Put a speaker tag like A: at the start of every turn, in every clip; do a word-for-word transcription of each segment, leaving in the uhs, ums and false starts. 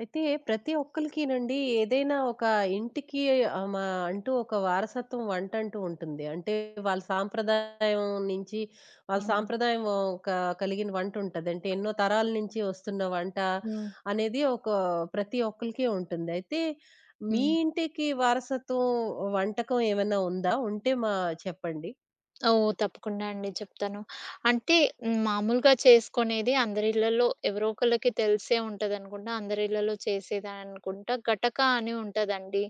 A: అయితే ప్రతి ఒక్కళ్ళకినండి ఏదైనా ఒక ఇంటికి ఆహ్, మా అంటూ ఒక వారసత్వం వంట అంటూ ఉంటుంది. అంటే వాళ్ళ సాంప్రదాయం నుంచి వాళ్ళ
B: అవును.
A: సాంప్రదాయం ఒక కలిగిన వంట ఉంటది. అంటే ఎన్నో తరాల నుంచి వస్తున్న వంట
B: హ్మ్.
A: అనేది ఒక ప్రతి ఒక్కళ్ళకి ఉంటుంది. అయితే మీ
B: హ్మ్.
A: ఇంటికి వారసత్వం వంటకం ఏమైనా ఉందా? ఉంటే మా చెప్పండి.
B: ఓహ్! తప్పకుండా అండి చెప్తాను. అంటే హ్మ్, మామూలుగా చేసుకునేది అందరి ఇళ్లలో ఎవరో ఒకళ్ళకి తెలిసే ఉంటదనుకుంటా. అందరి ఇళ్లలో చేసేదనుకుంటా. గటక అని ఉంటదండి.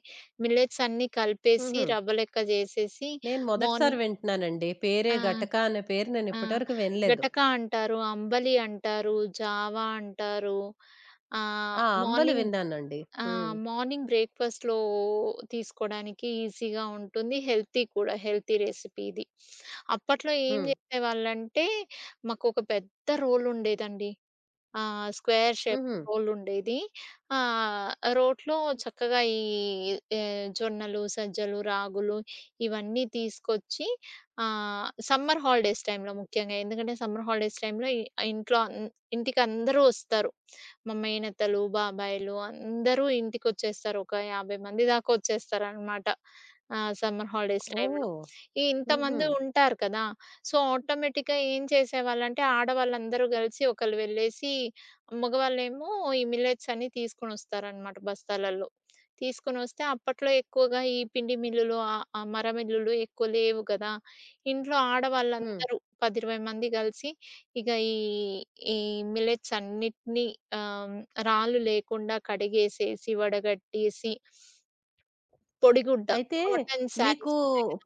B: మిల్లెట్స్ అన్నీ కలిపేసి
A: హుహు.
B: రవ్వ లెక్క చేసేసి
A: నేను మొదటిసారి
B: మార్నింగ్.
A: వింటున్నానండి. పేరే
B: ఆ!
A: గటక అనే పేరు నేను
B: ఆ!
A: ఇప్పటి వరకు వినలేదు.
B: గటక అంటారు, అంబలి అంటారు, జావా అంటారు. ఆహ్,
A: ఆ! అంబలి
B: మార్నింగ్.
A: విన్నానండి.
B: ఆ!
A: హ్మ్.
B: మార్నింగ్ బ్రేక్‌ఫాస్ట్‌లో తీసుకోడానికి ఈజీగా ఉంటుంది. హెల్తీ కూడా. హెల్తీ రెసిపీ ఇది. అప్పట్లో ఏం
A: హ్మ్.
B: జేసేవాళ్ళంటే, మాకొక పెద్ద రోల్ ఉండేదండి. ఆహ్, స్క్వేర్ షేప్
A: హుహు.
B: రోల్ ఉండేది. ఆహ్, రోట్లో చక్కగా ఈ ఆహ్, జొన్నలు, సజ్జలు, రాగులు ఇవన్నీ తీసుకొచ్చి ఆహ్, సమ్మర్ హాలిడేస్ టైమ్‌లో ముఖ్యంగా. ఎందుకంటే, సమ్మర్ హాలిడేస్ టైమ్‌లో ఇ ఇంట్లో అన్ ఇంటికి అందరూ ఒస్తారు. మా మేనత్తలు, బాబాయిలు అందరూ ఇంటికొచ్చేస్తారు. ఒక యాభై మంది దాకా వచ్చేస్తారనమాట. ఆహ్, సమ్మర్ హాలిడేస్ టైమ్‌లో.
A: ఓహ్!
B: ఈ
A: హుహు.
B: ఇంతమంది హ్మ్. ఉంటారు కదా! సో, ఆటోమేటిక్‌గా ఏం చేసేవాళ్ళంటే ఆడవాళ్ళందరూ కలిసి ఒకళ్ళు వెళ్ళేసి, మగవాళ్ళేమో ఈ మిల్లెట్స్ అన్నీ తీసుకొనొస్తారనమాట బస్తాలల్లో. తీసుకొనొస్తే అప్పట్లో ఎక్కువగా ఈ పిండి మిల్లులు, ఆహ్, ఆహ్, మర మిల్లులు ఎక్కువ లేవు కదా! ఇంట్లో
A: హ్మ్.
B: ఆడవాళ్ళందరూ పది, ఇరవై మంది కలిసి ఇక ఈ, ఈ మిల్లెట్స్ అన్నిటిని ఆహ్, రాళ్ళు లేకుండా కడిగేసేసి, వడగట్టేసి పొడిగుడ్డ
A: అయితే
B: కాటన్
A: మీకు
B: శారీస్.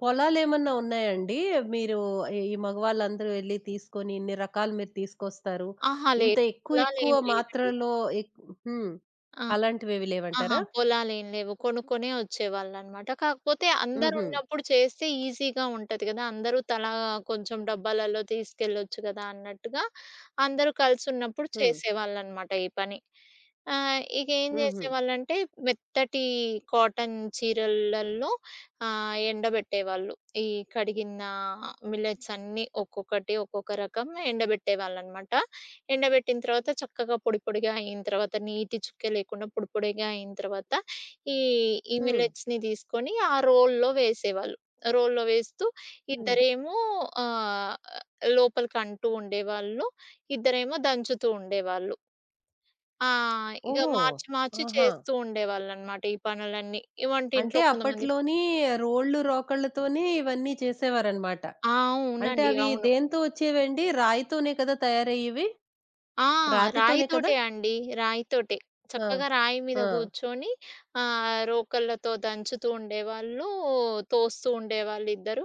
A: పొలాలేమన్నా ఉన్నాయండి? మీరు ఈ ఈ మగవాళ్ళందరూ వెళ్లి తీసుకొని ఇన్ని రకాలు మీరు తీసుకొస్తారు.
B: అహా!
A: ఇంత
B: లేదు.
A: ఎక్కువ ఎక్కువ
B: కులాలేం లేవండి.
A: మాత్రలో ఎక్ హ్మ్.
B: ఆ!
A: అలాంటివేవి
B: ఆహా!
A: లేవంటారా?
B: పొలాలేం లేవు. కొనుక్కునే వచ్చేవాళ్ళనమాట. కాకపోతే హ్మ్.
A: హుహు.
B: అందరున్నప్పుడు చేస్తే ఈజీగా ఉంటది గదా! అందరూ తలా కొంచెం డబ్బాలలో తీసుకెళ్ళొచ్చు గదా! అన్నట్టుగా అందరూ కలిసున్నప్పుడు
A: హ్మ్.
B: చేసేవాళ్ళనమాట ఈ పని. ఆహ్, ఇగేం
A: హుహు.
B: జేసేవాళ్ళంటే మెత్తటి కాటన్ చీరలల్లో ఆహ్, ఎండబెట్టేవాళ్ళు. ఈ కడిగిన మిల్లెట్స్ అన్నీ ఒక్కొక్కటి ఒక్కొక్క రకం ఎండబెట్టేవాళ్ళనమాట. ఎండబెట్టిన తర్వాత చక్కగా పొడి పొడిగా అయిన తర్వాత నీటి చుక్క లేకుండా పొడి పొడిగా అయిన తర్వాత ఈ, ఈ
A: హ్మ్.
B: మిల్లెట్స్‌ని తీసుకొని ఆ రోల్లో వేసేవాళ్ళు. రోల్లో వేస్తూ
A: హ్మ్.
B: ఇద్దరేమో ఆహ్, లోపలికి అంటూ ఉండేవాళ్ళు. ఇద్దరేమో దంచుతూ ఉండేవాళ్ళు. ఆ! ఇగ
A: ఓహో!
B: మార్చి మార్చి
A: ఆహా!
B: చేస్తూ ఉండేవాళ్ళనమాట ఈ పనులన్నీ. ఈ
A: అంటే
B: వంటింట్లో కొంతమంది.
A: అప్పట్లోని రోళ్ళు, రోకళ్ళతోనే ఇవన్నీ చేసేవారనమాట.
B: ఆ!
A: అంటే
B: అవునండి.
A: అవి
B: అవును.
A: దేనితో వచ్చేవండి? రాయితోనే కదా తయారయ్యేవి?
B: ఆ!
A: రాతితోనే కదా?
B: రాయితోటే అండి. రాయితోటే.
A: ఆ!
B: చక్కగా రాయి
A: ఆ!
B: మీద కూర్చొని ఆహ్, రోకళ్ళతో దంచుతూ ఉండేవాళ్ళు, తోస్తూ ఉండేవాళ్ళు ఇద్దరు.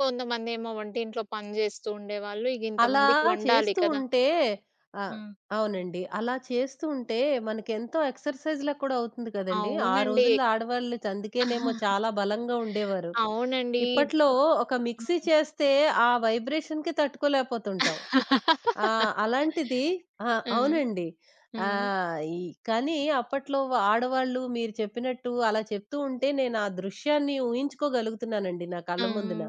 B: కొంతమందేమో వంటింట్లో పని జేస్తూ ఉండేవాళ్ళు. ఇగ
A: అలా
B: ఇంతమందికి వండాలి
A: చేస్తూ
B: కదా!
A: ఉంటే ఆ!
B: హ్మ్.
A: అవునండి. అలా చేస్తూ ఉంటే మనకెంతో ఎక్సర్‌సైజ్‌లా కూడా అవుతుంది కదండీ! ఆ
B: అవునండి.
A: రోజుల్లో ఆడవాళ్ళు అందుకేనేమో చాలా బలంగా ఉండేవారు.
B: అవునండి.
A: ఇప్పట్లో ఒక మిక్సీ
B: హ్మ్.
A: చేస్తే ఆ వైబ్రేషన్‌కి తట్టుకోలేకపోతుంటాం. ఆ! అలాంటిది ఆ!
B: హ్మ్.
A: అవునండి.
B: హ్మ్.
A: ఆహ్, ఈ కానీ అప్పట్లో ఆడవాళ్ళు మీరు చెప్పినట్టు అలా చెప్తూ ఉంటే నేను ఆ దృశ్యాన్ని ఊహించుకోగలుగుతున్నానండి నా
B: ఆ!
A: కళ్ళ ముందున.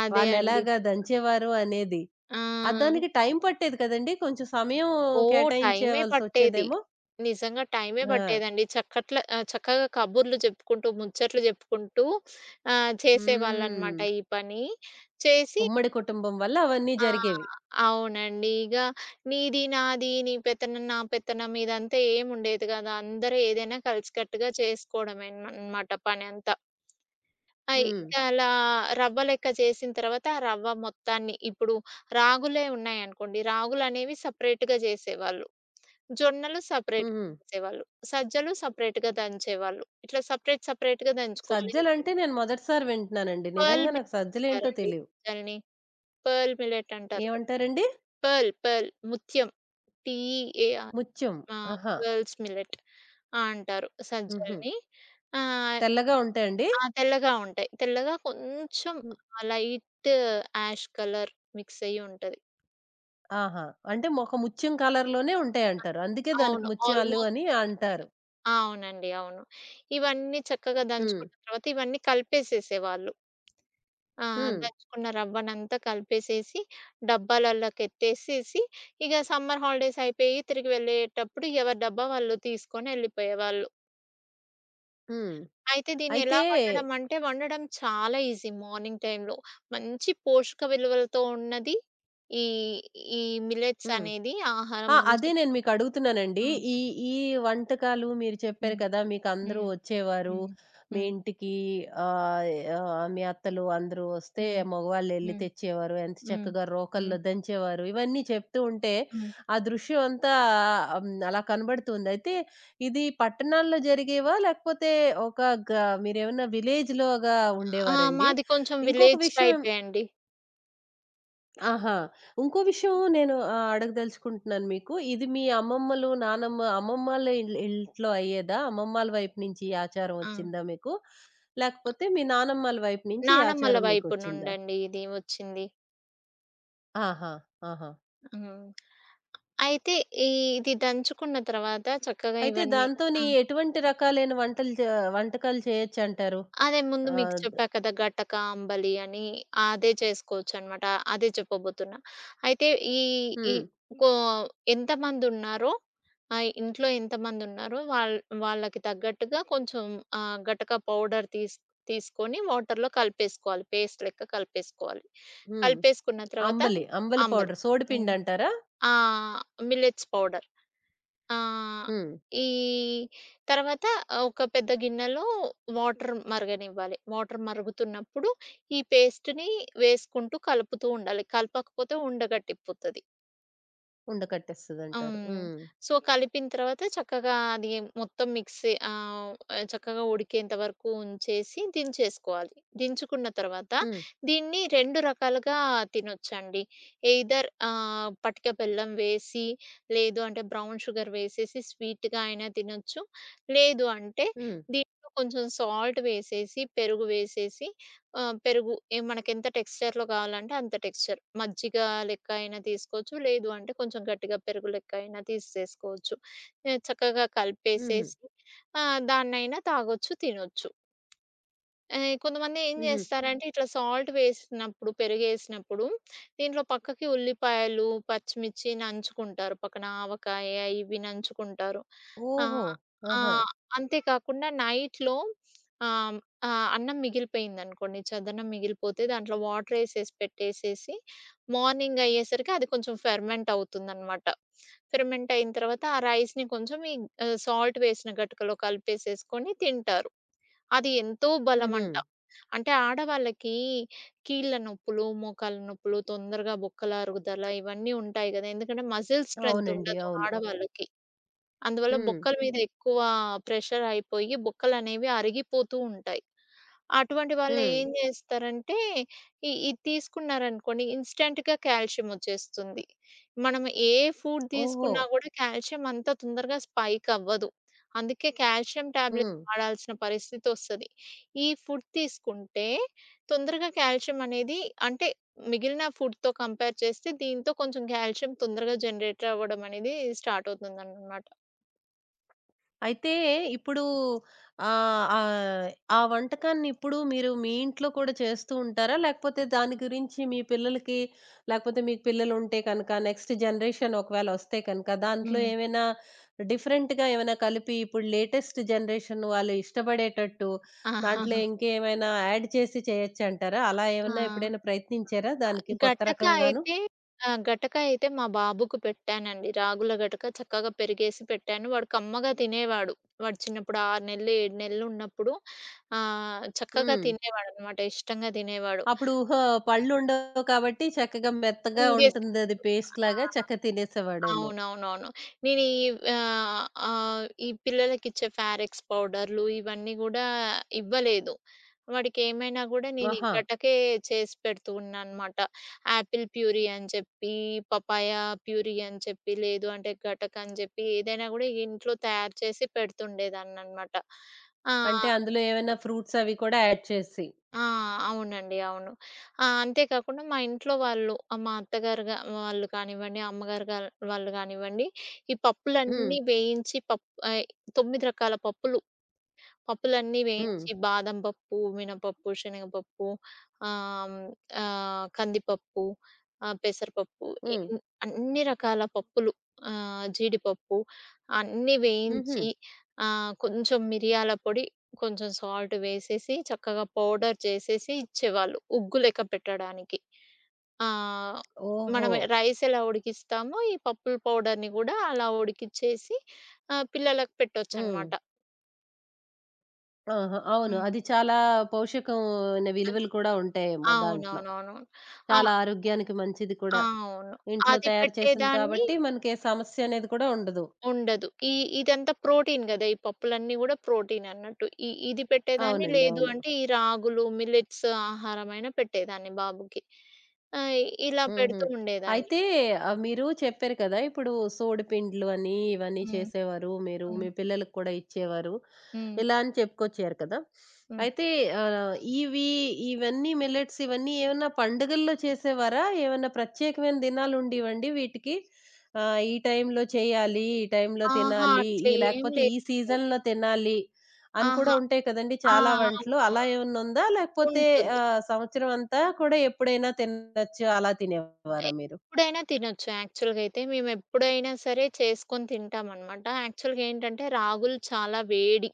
B: అదే అండి.
A: వాళ్ళెలాగా దంచేవారు అనేది.
B: ఆ!
A: ఆ! దానికి టైం పట్టేది కదండీ! కొంచెం సమయం
B: ఓహ్! టైమే పట్టేది.
A: కేటాయించేవలసొచ్చేదేమో.
B: నిజంగా టైమే
A: ఆ!
B: పట్టేదండి. చక్కట్ల ఆహ్, చక్కగా కబుర్లు చెప్పుకుంటూ, ముచ్చట్లు చెప్పుకుంటూ ఆహ్,
A: హ్మ్.
B: చేసేవాళ్ళనమాట ఈ పని. చేసి
A: ఉమ్మడి కుటుంబం వల్ల అవన్నీ
B: ఆ!
A: జరిగేవి.
B: అవునండి. ఇగ నీది, నాది, నీ పెత్తనం, నా పెత్తనం ఇదంతా ఏముండేది కాదు. అందరూ ఏదైనా కలిసికట్టుగా చేసుకోవడమే అనమాట పనంతా. ఆహ్,
A: హ్మ్.
B: ఇక అలా రవ్వ లెక్క చేసిన తర్వాత ఆ రవ్వ మొత్తాన్ని ఇప్పుడు రాగులే ఉన్నాయనుకోండి, రాగులనేవి సెపరేట్‌గా చేసేవాళ్ళు. జొన్నలు సెపరేట్‌గా
A: హుహు.
B: చేసేవాళ్ళు. సజ్జలు సెపరేట్‌గా దంచేవాళ్ళు. ఇట్లా సెపరేట్ సెపరేట్‌గా దంచుకోవాలి. ఎందుకంటే
A: సజ్జలంటే నేను మొదటిసారి వింటున్నానండి.
B: పర్ల్
A: నిజంగా నాకు సజ్జలేంటో
B: మిల్లంటారండి
A: తెలీవు.
B: సజ్జలని. పర్ల్ మిల్లెట్ అంటారు కదా!
A: ఏమంటారండి?
B: పర్ల్ పర్ల్ ముత్యం. పీఈఏఆర్.
A: ముత్యం.
B: ఆ!
A: ఆహా!
B: Pearls millet. ఆ! అంటారు
A: హుహు.
B: సజ్జలని. ఆహ్,
A: తెల్లగా ఉంటాయండి?
B: ఆ! తెల్లగా ఉంటాయి. తెల్లగా కొంచెం
A: హ్మ్.
B: లైట్ యాష్ కలర్ మిక్స్ అయ్యి ఉంటది.
A: ఆహా! అంటే ఒక ముత్యం కలర్‌లోనే
B: ఆ!
A: ఉంటాయంటారు. అందుకే దానికి
B: అవును.
A: ముత్యాలు
B: ఆల్‌మోస్ట్
A: అని అంటారు.
B: చేశాడు. అవునండి. అవును. ఇవన్నీ చక్కగా
A: హ్మ్.
B: దంచుకున్న తర్వాత ఇవన్నీ కలిపేసేసేవాళ్ళు. ఆ!
A: హ్మ్.
B: దంచుకున్న రవ్వనంతా కలిపేసేసి, డబ్బాలలోకెత్తేసేసి, ఇగ సమ్మర్ హాలిడేస్ అయిపోయి తిరిగి వెళ్ళేటప్పుడు ఎవరి డబ్బా వాళ్ళు తీసుకొని ఎళ్ళిపోయేవాళ్ళు.
A: హ్మ్.
B: అయితే దీన్నెలా
A: అయితే
B: వండడం అంటే, వండడం చాలా ఈజీ మార్నింగ్ టైమ్‌లో. మంచి పోషక విలువలతో ఉన్నది ఈ, ఈ మిల్లెట్స్
A: హ్మ్.
B: అనేది
A: ఆ!
B: ఆహారం మంచి.
A: అదే నేను మీకడుగుతున్నానండి.
B: హ్మ్.
A: ఈ, ఈ వంటకాలు మీరు చెప్పారు
B: హ్మ్.
A: కదా! మీకందరూ
B: హ్మ్.
A: వచ్చేవారు.
B: హ్మ్.
A: మీ
B: హ్మ్.
A: ఇంటికి ఆహ్, ఆహ్, మీ అత్తలు అందరూ వస్తే
B: హ్మ్.
A: మగవాళ్ళెళ్లి
B: హ్మ్.
A: తెచ్చేవారు. ఎంత
B: హ్మ్.
A: చక్కగా
B: హ్మ్.
A: రోకల్లో దంచేవారు. ఇవన్నీ చెప్తూ ఉంటే
B: హ్మ్.
A: ఆ దృశ్యం అంతా హ్మ్, అలా కనబడుతుంది. అయితే ఇది పట్టణాల్లో జరిగేవా? లేకపోతే ఒక గ మీరేమన్నా విలేజ్‌లోగా
B: ఆ!
A: ఉండేవారండి?
B: మాది కొంచెం
A: ఇంకొక
B: విలేజ్
A: విషయం
B: టైపే అండి.
A: ఆహా! ఇంకో విషయం నేను ఆహ్, అడగదలుచుకుంటున్నాను మీకు. ఇది మీ అమ్మమ్మలు, నానమ్మ అమ్మమ్మల ఇల్ ఇంట్లో అయ్యేదా? అమ్మమ్మల వైపు నుంచి ఈ ఆచారం
B: ఆ!
A: వచ్చిందా మీకు? లేకపోతే మీ నానమ్మల వైపు నుంచి ఈ
B: నానమ్మల
A: ఆచారం
B: వైపు
A: మీకొచ్చిందా?
B: నుండండి ఇది వచ్చింది.
A: ఆహా! ఆహా!
B: హ్మ్. అయితే ఈ ఇది దంచుకున్న తర్వాత చక్కగా
A: అయితే
B: ఇవన్నీ
A: దాంతోని
B: ఆ!
A: ఎటువంటి రకాలైన వంటలు చే వంటకాలు చేయొచ్చంటారు?
B: అదే ముందు మీకు
A: ఆహ్, ద
B: చెప్పా కదా! గటక, అంబలి అని అదే చేసుకోవచ్చనమాట. అదే చెప్పబోతున్నా. అయితే ఈ ఈ
A: హ్మ్.
B: కో ఎంతమందున్నారో ఆహ్, ఇంట్లో ఎంతమందున్నారో వాళ్ వాళ్ళకి తగ్గట్టుగా కొంచెం ఆహ్, గటక పౌడర్ తీస్ తీసుకొని వాటర్‌లో కలిపేసుకోవాలి. పేస్ట్ లెక్క కలిపేసుకోవాలి.
A: హ్మ్.
B: కలిపేసుకున్న తర్వాత
A: అంబలి. అంబలి
B: అంబలి.
A: పౌడర్.
B: హ్మ్.
A: సోడిపిండంటారా?
B: ఆ! Millets powder. ఆ!
A: హ్మ్.
B: ఈ తర్వాత ఒక పెద్ద గిన్నెలో వాటర్ మరగనివ్వాలి. వాటర్ మరుగుతున్నప్పుడు ఈ పేస్ట్‌ని వేసుకుంటూ కలుపుతూ ఉండాలి. కలపకపోతే ఉండగట్టిపోతది.
A: ఉండకట్టేస్తదంటారు.
B: హ్మ్.
A: హ్మ్.
B: సో, కలిపిన తర్వాత చక్కగా అది మొత్తం మిక్సీ ఆహ్, చక్కగా ఉడికేంత వరకు ఉంచేసి దించేసుకోవాలి. దించుకున్న తర్వాత
A: హ్మ్.
B: దీన్ని రెండు రకాలుగా తినొచ్చండి. ఎయిదర్ ఆహ్, పటిక బెల్లం వేసి, లేదు అంటే బ్రౌన్ షుగర్ వేసేసి స్వీట్‌గా అయినా తినొచ్చు. లేదు అంటే
A: హ్మ్.
B: దీంట్లో కొంచెం సాల్ట్ వేసేసి, పెరుగు వేసేసి ఆ! పెరుగు ఏ మనకెంత టెక్స్చర్‌లో కావాలంటే అంత టెక్స్చర్. మజ్జిగ లెక్క అయినా తీసుకోవచ్చు. లేదు అంటే కొంచెం గట్టిగా పెరుగు లెక్క అయినా తీసేసుకోవచ్చు. ఆహ్, చక్కగా
A: హుహు.
B: కలిపేసేసి ఆహ్, దాన్నైనా తాగొచ్చు, తినొచ్చు. ఆహ్, కొంతమంది ఏం
A: హుహు.
B: జేస్తారంటే ఇట్లా సాల్ట్ వేసినప్పుడు, పెరుగేసినప్పుడు దీంట్లో పక్కకి ఉల్లిపాయలు, పచ్చిమిర్చి నంచుకుంటారు. పక్కన ఆవకాయ ఇవి నంచుకుంటారు.
A: ఓహో!
B: ఆహ్, ఆ!
A: ఆహా!
B: అంతే కాకుండా నైట్‌లో ఆహ్, ఆహ్, అన్నం మిగిలిపోయిందనుకోండి, చదన్నం మిగిలిపోతే దాంట్లో వాటరేసేసి పెట్టేసేసి మార్నింగ్ అయ్యేసరికి అది కొంచెం ఫెర్మెంట్ అవుతుందనమాట. ఫెర్మెంట్ అయిన తర్వాత ఆ రైస్‌ని కొంచెం ఈ ఆహ్, సాల్ట్ వేసిన గటుకలో కలిపేసేసుకొని తింటారు. అది ఎంతో
A: హుహు.
B: బలమంట. అంటే ఆడవాళ్ళకి కీళ్ళ నొప్పులు, మోకాళ్ళ నొప్పులు, తొందరగా బొక్కల అరుగుదల ఇవన్నీ ఉంటాయి గదా! ఎందుకంటే మజిల్ స్ట్రెంత్
A: అవునండి.
B: ఉండదు
A: అవును.
B: ఆడవాళ్ళకి. అందువల్ల
A: హ్మ్.
B: బొక్కల మీద ఎక్కువ ప్రెషర్ అయిపోయి బొక్కలనేవి అరిగిపోతూ ఉంటాయి. అటువంటి వాళ్ళు
A: హ్మ్.
B: ఏం జేస్తారంటే ఇ ఇది తీసుకున్నారనుకోండి ఇన్‌స్టంట్‌గా కాల్షియం ఒచ్చేస్తుంది. మనం ఏ ఫుడ్
A: ఓహో!
B: తీసుకున్నా గూడా కాల్షియం అంత తొందరగా స్పైక్ అవ్వదు. అందుకే కాల్షియం టాబ్లెట్
A: హ్మ్.
B: వాడాల్సిన పరిస్థితొస్తది. ఈ ఫుడ్ తీసుకుంటే తొందరగా కాల్షియం అనేది అంటే మిగిలిన ఫుడ్‌తో కంపేర్ చేస్తే దీంతో కొంచెం కాల్షియం తొందరగా జనరేట్ అవ్వడం అనేది స్టార్ట్ అవుతుందనమాట.
A: అయితే ఇప్పుడు ఆహ్, ఆహ్, ఆ వంటకాన్ని ఇప్పుడు మీరు మీ ఇంట్లో కూడా చేస్తూ ఉంటారా? లేకపోతే దాని గురించి మీ పిల్లలకి లేకపోతే మీకు పిల్లలుంటే కనుక నెక్స్ట్ జనరేషన్ ఒకవేళ వస్తే కనుక దాంట్లో
B: హ్మ్.
A: ఏమైనా డిఫరెంట్‌గా ఏమైనా కలిపి ఇప్పుడు లేటెస్ట్ జనరేషన్ వాళ్ళు ఇష్టపడేటట్టు దాంట్లో
B: ఆహాహా!
A: ఇంకేమైనా యాడ్ చేసి చేయొచ్చంటారా? అలా
B: ఆ!
A: ఏమన్నా ఎప్పుడైనా ప్రయత్నించారా దానికి కొత్త
B: గటక
A: రకంగాను?
B: అయితే ఆ! గటక అయితే మా బాబుకు పెట్టానండి. రాగుల గటక చక్కగా పెరిగేసి పెట్టాను. వాడు కమ్మగా తినేవాడు. వాడు చిన్నప్పుడు ఆరు నెలలు, ఏడు నెలలు ఉన్నప్పుడు ఆహ్, చక్కగా
A: హ్మ్.
B: తినేవాడనమాట. ఇష్టంగా తినేవాడు.
A: అప్పుడు ఊహ పళ్ళుండవు కాబట్టి చక్కగా మెత్తగా
B: మింగేసి
A: ఉంటుందది
B: ఆ!
A: పేస్ట్‌లాగా చక్కగా తినేసేవాడేమో.
B: అవునవునవును. నేను ఈ ఆహ్, ఆహ్, ఈ పిల్లలకిచ్చే ఫారెక్స్ పౌడర్‌లు ఇవన్నీ గూడా ఇవ్వలేదు. వాడికేమైనా గూడా నేను ఈ
A: ఆహా!
B: గటకే చేసి పెడుతూ ఉన్నానన్నమాట. యాపిల్ ప్యూరీ అని చెప్పి, పపాయ ప్యూరీ అని చెప్పి, లేదు అంటే గటకని జెప్పి ఏదైనా గూడా ఇంట్లో తయారు చేసి పెడుతుండేదాన్ననమాట. ఆ!
A: అంటే అందులో ఏమైనా ఫ్రూట్స్ అవి కూడా యాడ్ చేసి.
B: ఆ! అవునండి. అవును. ఆహ్, అంతే కాకుండా మా ఇంట్లో వాళ్ళు ఆహ్, మా అత్తగారు గా వాళ్ళు కానివ్వండి, అమ్మగారు గా వాళ్ళు గానివ్వండి, ఈ
A: హ్మ్.
B: పప్పులన్నీ వేయించి పప్ ఆహ్, తొమ్మిది రకాల పప్పులు పప్పులన్నీ
A: హ్మ్.
B: వేయించి బాదం పప్పు, మినపప్పు, శనగపప్పు, ఆహ్, హ్మ్, ఆహ్, కందిపప్పు, ఆహ్, పెసరపప్పు ఇ
A: హ్మ్.
B: ఇన్ అన్ని రకాల పప్పులు ఆహ్, జీడిపప్పు అన్నీ
A: హుహు.
B: వేయించి ఆహ్, కొంచెం మిరియాల పొడి, కొంచెం సాల్ట్ వేసేసి చక్కగా పౌడర్ చేసేసి ఇచ్చేవాళ్ళు ఉగ్గు లెక్క పెట్టడానికి. ఆహ్,
A: ఓహో!
B: మనం రైస్ ఎలా ఉడికిస్తామో ఈ పప్పుల పౌడర్‌ని గూడా అలా ఉడికిచ్చేసి ఆహ్, పిల్లలకు
A: హ్మ్.
B: పెట్టొచ్చనమాట.
A: ఆహా! అవును.
B: హ్మ్.
A: అది చాలా పౌషకమైన విలువలు కూడా ఉంటాయేమో దాంట్లో.
B: అవునవునవును. ఆ!
A: చాలా ఆరోగ్యానికి మంచిది కూడా.
B: అవును.
A: ఇంట్లో
B: అది
A: తయారు చేసింది
B: పెట్టేదాన్ని
A: కాబట్టి మనకి ఏ సమస్య అనేది కూడా ఉండదు.
B: ఉండదు. ఈ ఇదంతా ప్రోటీన్ గదా! ఈ పప్పులన్నీ గూడా ప్రోటీన్ అన్నట్టు. ఇ ఇది పెట్టేదాన్ని
A: అవునండి.
B: లేదు
A: అవును.
B: అంటే ఈ రాగులు, మిల్లెట్స్ ఆహారమైన పెట్టేదాన్ని బాబుకి. ఆహ్, ఇలా
A: హుహు.
B: పెడుతూ ఉండేదాన్ని.
A: అయితే ఆహ్, మీరు చెప్పారు కదా! ఇప్పుడు సోడిపిండ్లు అని, ఇవన్నీ
B: హ్మ్.
A: చేసేవారు మీరు.
B: హ్మ్.
A: మీ పిల్లలకి కూడా ఇచ్చేవారు.
B: హ్మ్.
A: ఇలా అని చెప్పుకొచ్చారు కదా!
B: హ్మ్.
A: అయితే ఆహ్, ఇవి ఇవన్నీ మిల్లెట్స్ ఇవన్నీ ఏమన్నా పండుగల్లో చేసేవారా? ఏమన్నా ప్రత్యేకమైన దినాలుండేవండి వీటికి? ఆహ్, ఈ టైంలో చేయాలి, ఈ టైంలో
B: ఆహా!
A: తినాలి, ఈ
B: అట్లేం
A: లేకపోతే ఈ
B: లేదండి.
A: సీజన్‌లో తినాలి అని కూడా
B: ఆహా!
A: ఉంటాయి కదండీ
B: ఆ!
A: చాలా వంటలు. అలా
B: అవునవును.
A: ఏమన్నా ఉందా? లేకపోతే
B: ఉంటుంది.
A: ఆహ్, సంవత్సరం అంతా కూడా ఎప్పుడైనా తినొచ్చు అలా
B: ఎ
A: తినేవారా మీరు?
B: ఎప్పుడైనా తినొచ్చు యాక్చువల్‌గా అయితే. మేమెప్పుడైనా సరే చేసుకొని తింటామనమాట. యాక్చువల్‌గా ఏంటంటే రాగులు చాలా వేడి.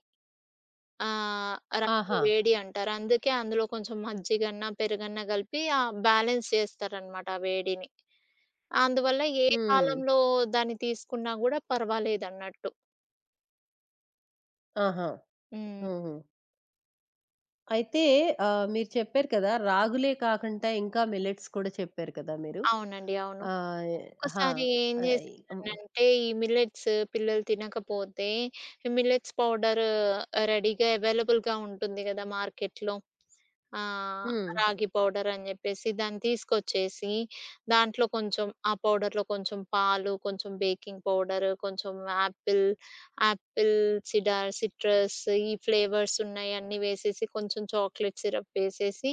B: ఆహ్, రాగులు
A: ఆహా!
B: వేడి అంటారు. అందుకే అందులో కొంచెం మజ్జిగన్నా, పెరుగన్నా కలిపి ఆహ్, బ్యాలెన్స్ చేస్తారనమాట ఆ వేడిని. అందువల్ల ఏ
A: హ్మ్.
B: కాలంలో దాన్ని తీసుకున్నా గూడా పర్వాలేదన్నట్టు.
A: ఆహా!
B: హ్మ్.
A: హుహు. అయితే ఆహ్, మీరు చెప్పారు కదా! రాగులే కాకుండా ఇంకా మిల్లెట్స్ కూడా చెప్పారు కదా మీరు.
B: అవునండి. అవును.
A: ఆహ్, హా!
B: ఒక్కొక్కసారి ఏం
A: ఆహ్,
B: చేసేదాన్నంటే ఈ మిల్లెట్స్ పిల్లలు తినకపోతే మిల్లెట్స్ పౌడర్ రెడీగా అవైలబుల్‌గా ఉంటుంది గదా మార్కెట్‌లో. ఆ!
A: హ్మ్.
B: రాగి పౌడర్ అని జెప్పేసి దాన్ని తీసుకొచ్చేసి, దాంట్లో కొంచెం ఆ పౌడర్‌లో కొంచెం పాలు, కొంచెం బేకింగ్ పౌడర్, కొంచెం యాపిల్, యాపిల్ సిడార్, సిట్రస్ ఈ ఫ్లేవర్స్ ఉన్నాయన్నీ వేసేసి, కొంచెం చాక్లేట్ సిరప్ వేసేసి,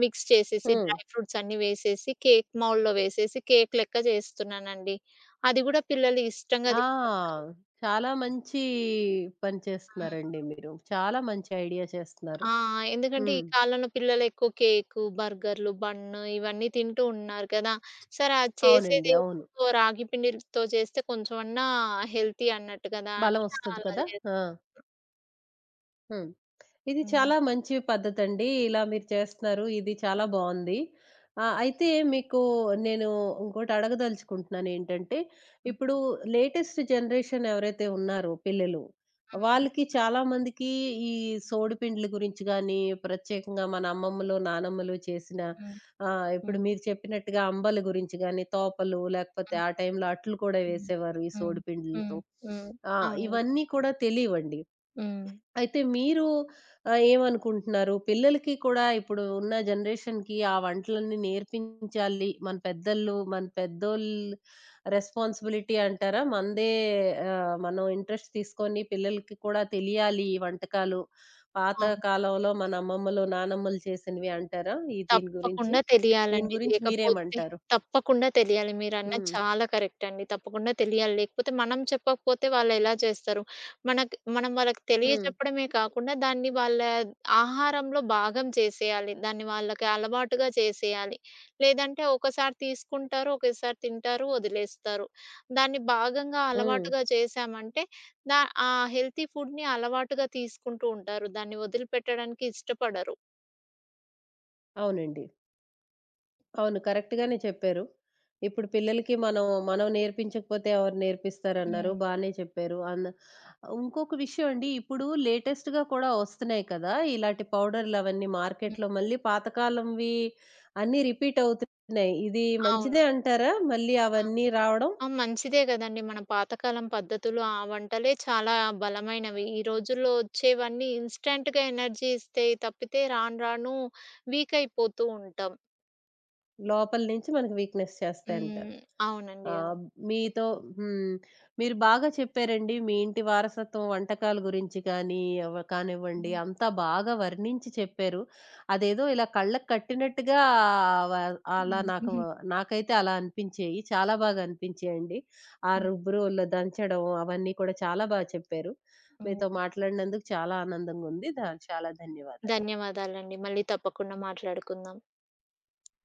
B: మిక్స్ చేసేసి,
A: హ్మ్.
B: డ్రై ఫ్రూట్స్ అన్నీ వేసేసి, కేక్ మౌల్డ్‌లో వేసేసి, కేక్ లెక్క జేస్తున్నానండి. అది గూడా పిల్లలు ఇష్టంగా తింటున్నారు.
A: ఆ! చాలా మంచి పని
B: హ్మ్.
A: చేస్తున్నారండి మీరు. చాలా మంచి ఐడియా చేస్తున్నారు.
B: ఆ! ఎందుకంటే
A: హ్మ్.
B: ఈ కాలంలో పిల్లలెక్కువ కేకు, బర్గర్‌లు, బన్ ఇవన్నీ తింటూ ఉన్నారు కదా! సరే అది
A: అవునండి. అవును.
B: చేసేదేదో రాగి పిండిలతో చేస్తే కొంచెమన్నా హెల్తీ అన్నట్టు కదా! అని
A: బలమొస్తది
B: అలా
A: కదా!
B: చేస్.
A: ఆ! హ్మ్. ఇది
B: హ్మ్.
A: చాలా మంచి పద్ధతండి. ఇలా మీరు చేస్తున్నారు. ఇది చాలా బావుంది. ఆహ్, అయితే మీకు నేను ఇంకోటి అడగదలుచుకుంటున్నానేంటంటే,
B: హ్మ్.
A: ఇప్పుడు లేటెస్ట్ జనరేషన్ ఎవరైతే ఉన్నారో పిల్లలు, వాళ్ళకి చాలా మందికి ఈ సోడిపిండిల గురించి గానీ, ప్రత్యేకంగా మన అమ్మమ్మలు, నానమ్మలు చేసిన
B: హ్మ్.
A: ఆహ్, ఇప్పుడు
B: హ్మ్.
A: మీరు చెప్పినట్టుగా అంబలి గురించి గానీ, తోపలు లేకపోతే
B: హ్మ్.
A: ఆ టైంలో అట్లు కూడా
B: హ్మ్.
A: వేసేవారు ఈ
B: హ్మ్.
A: సోడిపిండిలతో.
B: హ్మ్. హ్మ్.
A: ఆ!
B: అవునండి.
A: ఇవన్నీ కూడా తెలీవండి.
B: హ్మ్.
A: అయితే మీరు ఆహ్, ఏమనుకుంటున్నారు? పిల్లలకి కూడా ఇప్పుడు ఉన్న జనరేషన్‌కి ఆ వంటలన్నీ నేర్పించాలి. మన పెద్దలు, మన పెద్దోళ్ళు రెస్పాన్సిబిలిటీ అంటారా? మనదే ఆహ్, మనం ఇంట్రెస్ట్ తీసుకొని పిల్లలకి కూడా తెలియాలి ఈ వంటకాలు. పాత
B: అవును.
A: కాలంలో మన అమ్మమ్మలు, నానమ్మలు చేసినవి అంటారా? ఈ దీని గురించి?
B: తప్పకుండా
A: దీని
B: తెలియాలండి.
A: గురించి
B: లేకపోతే
A: మీరేమంటారు?
B: తప్పకుండా తెలియాలి. మీరన్నది
A: హ్మ్.
B: చాలా కరెక్ట్ అండి. తప్పకుండా తెలియాలి. లేకపోతే మనం చెప్పకపోతే వాళ్ళెలా చేస్తారు? మనకు మనం వాళ్ళకి
A: హ్మ్.
B: తెలియజెప్పడమే కాకుండా దాన్ని వాళ్ళ ఆహారంలో భాగం చేసేయాలి. దాన్ని వాళ్ళకి అలవాటుగా చేసేయాలి. లేదంటే ఒకసారి తీసుకుంటారు, ఒకేసారి తింటారు, వదిలేస్తారు. దాన్ని భాగంగా
A: హ్మ్.
B: అలవాటుగా చేశామంటే దా ఆ హెల్తీ ఫుడ్‌ని అలవాటుగా తీసుకుంటూ ఉంటారు. దాన్ని వదిలిపెట్టడానికి ఇష్టపడరు.
A: అవునండి. అవును. కరెక్ట్‌గానే చెప్పారు. ఇప్పుడు పిల్లలకి మనం, మనం నేర్పించకపోతే ఎవరు నేర్పిస్తారన్నారు.
B: హ్మ్.
A: బానే చెప్పారు. అన్ ఇంకొక విషయం అండి. ఇప్పుడు లేటెస్ట్‌గా కూడా వస్తున్నాయి కదా! ఇలాంటి పౌడర్‌లవన్నీ
B: హ్మ్.
A: మార్కెట్‌లో మళ్ళీ పాతకాలంవి అన్నీ రిపీట్ అవుతున్నాయి. ఇది
B: అవును.
A: మంచిదే అంటారా? మళ్ళీ అవన్నీ రావడం?
B: ఆ! మంచిదే గదండీ. మన పాతకాలం పద్ధతులు ఆ వంటలే చాలా బలమైనవి. ఈ రోజుల్లో వచ్చేవన్నీ ఇన్‌స్టాంట్‌గా ఎనర్జీ ఇస్తాయి తప్పితే రాను రాను వీక్ అయిపోతూ ఉంటాం.
A: లోపల నుంచి మనకు వీక్‌నెస్ చేస్తాయంటారు.
B: హ్మ్. అవునండి.
A: ఆహ్,
B: అవును.
A: మీతో హ్మ్. మీరు బాగా చెప్పారండి. మీ ఇంటి వారసత్వం వంటకాల గురించి కానీ, అవ కానివ్వండి అంతా బాగా వర్ణించి చెప్పారు. అదేదో ఇలా కళ్ళకి కట్టినట్టుగా వ అలా నాకు నాకైతే అలా అనిపించేయి. చాలా బాగా అనిపించాయండి. ఆ
B: హ్మ్. హ్మ్.
A: రుబ్బురోల్లో దంచడం అవన్నీ కూడా చాలా బాగా చెప్పారు. మీతో
B: హ్మ్.
A: మాట్లాడినందుకు చాలా ఆనందంగా ఉంది. ధ చాలా ధన్యవాదాలు.
B: ధన్యవాదాలండి. మళ్ళీ తప్పకుండా మాట్లాడుకుందాం.